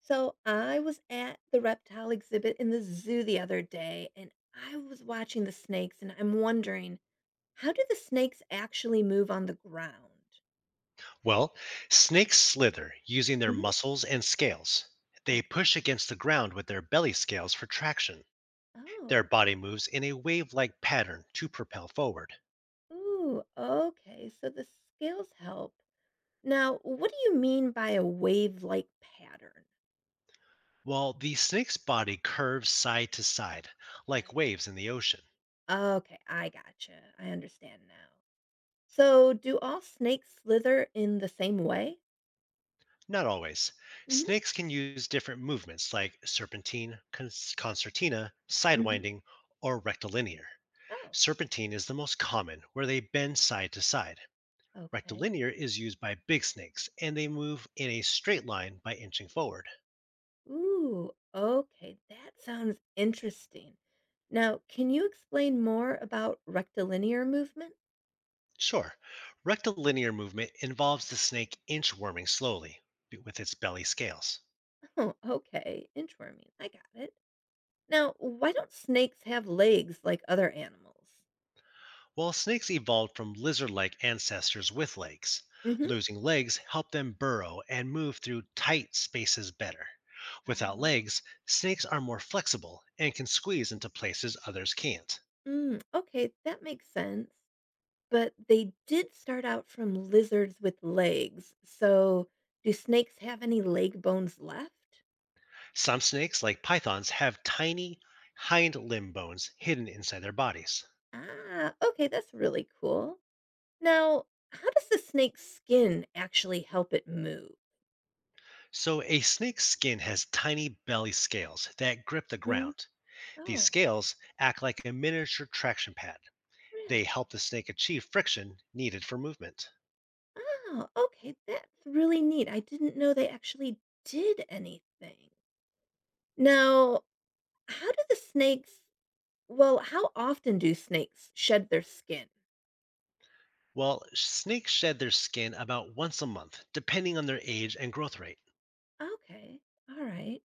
So I was at the reptile exhibit in the zoo the other day and I was watching the snakes and I'm wondering, how do the snakes actually move on the ground? Well, snakes slither using their Hmm. muscles and scales. They Okay. push against the ground with their belly scales for traction. Their Oh. body moves in a wave like pattern to propel forward, Ooh, okay. So the scales help. Now, what do you mean by a wave-like pattern? while the snake's body curves side to side, like Right. waves in the ocean. Okay, I gotcha. I understand now. So do all snakes slither in the same way? Not always. Hmm. Snakes can use different movements like serpentine, concertina, Hmm. sidewinding, or rectilinear. Oh, Serpentine is the most common, where they bend side to side. okay. Rectilinear is used by big snakes, and they move in a straight line by inching forward. Ooh, okay, that sounds interesting. Now, can you explain more about rectilinear movement? Sure, rectilinear movement involves the snake inchworming slowly with its belly scales. Oh, okay, inchworming. I got it. Now, why don't snakes have legs like other animals? While snakes evolved from lizard like ancestors with legs, Mm-hmm. losing legs helped them burrow and move through tight spaces better. Without Oh. legs, snakes are more flexible and can squeeze into places others can't. Mm, okay, that makes sense. But they did start out from lizards with legs. So, do snakes have any leg bones left? Some snakes, like pythons, have tiny hind limb bones hidden inside their bodies. Ah, okay, that's really cool. Now, how does the snake's skin actually help it move? So, a snake's skin has tiny belly scales that grip the Mm. ground. These Oh, scales act like a miniature traction pad. They really? help the snake achieve friction needed for movement. Oh, okay. That's really neat. I didn't know they actually did anything. Now, how do the snakes, how often do snakes shed their skin? Well, snakes shed their skin about once a month, depending on their age and growth rate. Okay. All right.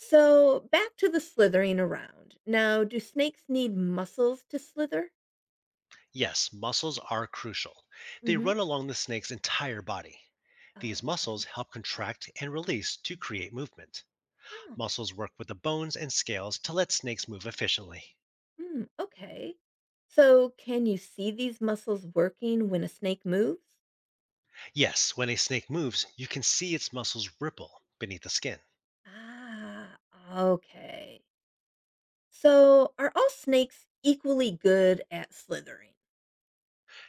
So, back to the slithering around. Now, do snakes need muscles to slither? Yes, muscles are crucial. They Hmm. run along the snake's entire body. These Oh, muscles okay. help contract and release to create movement. Oh. Muscles work with the bones and scales to let snakes move efficiently. Hmm, okay. So, can you see these muscles working when a snake moves? Yes, when a snake moves, you can see its muscles ripple beneath the skin. Ah, okay. So, are all snakes equally good at slithering?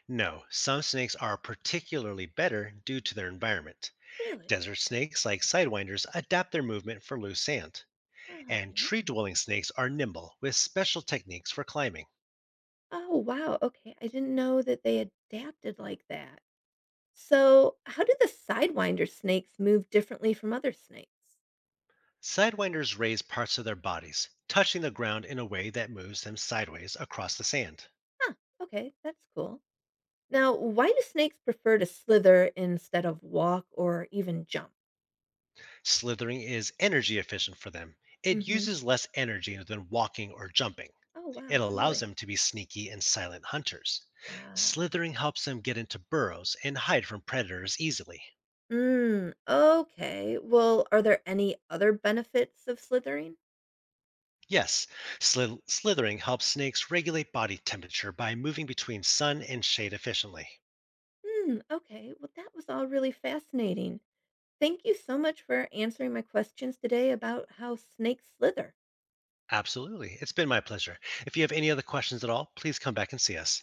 No, some snakes are particularly better due to their environment. Really? Desert snakes, like sidewinders, adapt their movement for loose sand, Oh, and okay. tree dwelling snakes are nimble with special techniques for climbing. Oh, wow. Okay. I didn't know that they adapted like that. So, how do the sidewinder snakes move differently from other snakes? Sidewinders raise parts of their bodies, touching the ground in a way that moves them sideways across the sand. Huh. Okay. That's cool. Now, why do snakes prefer to slither instead of walk or even jump? Slithering is energy efficient for them, Mm it hmm. uses less energy than walking or jumping. Oh, It wow. allows Really? them to be sneaky and silent hunters. Ah, Slithering helps them get into burrows and hide from predators easily. mm, okay. Well, are there any other benefits of slithering? Yes, slithering helps snakes regulate body temperature by moving between sun and shade efficiently. Hmm, okay. Well, that was all really fascinating. Thank you so much for answering my questions today about how snakes slither. Absolutely. It's been my pleasure. If you have any other questions at all, please come back and see us.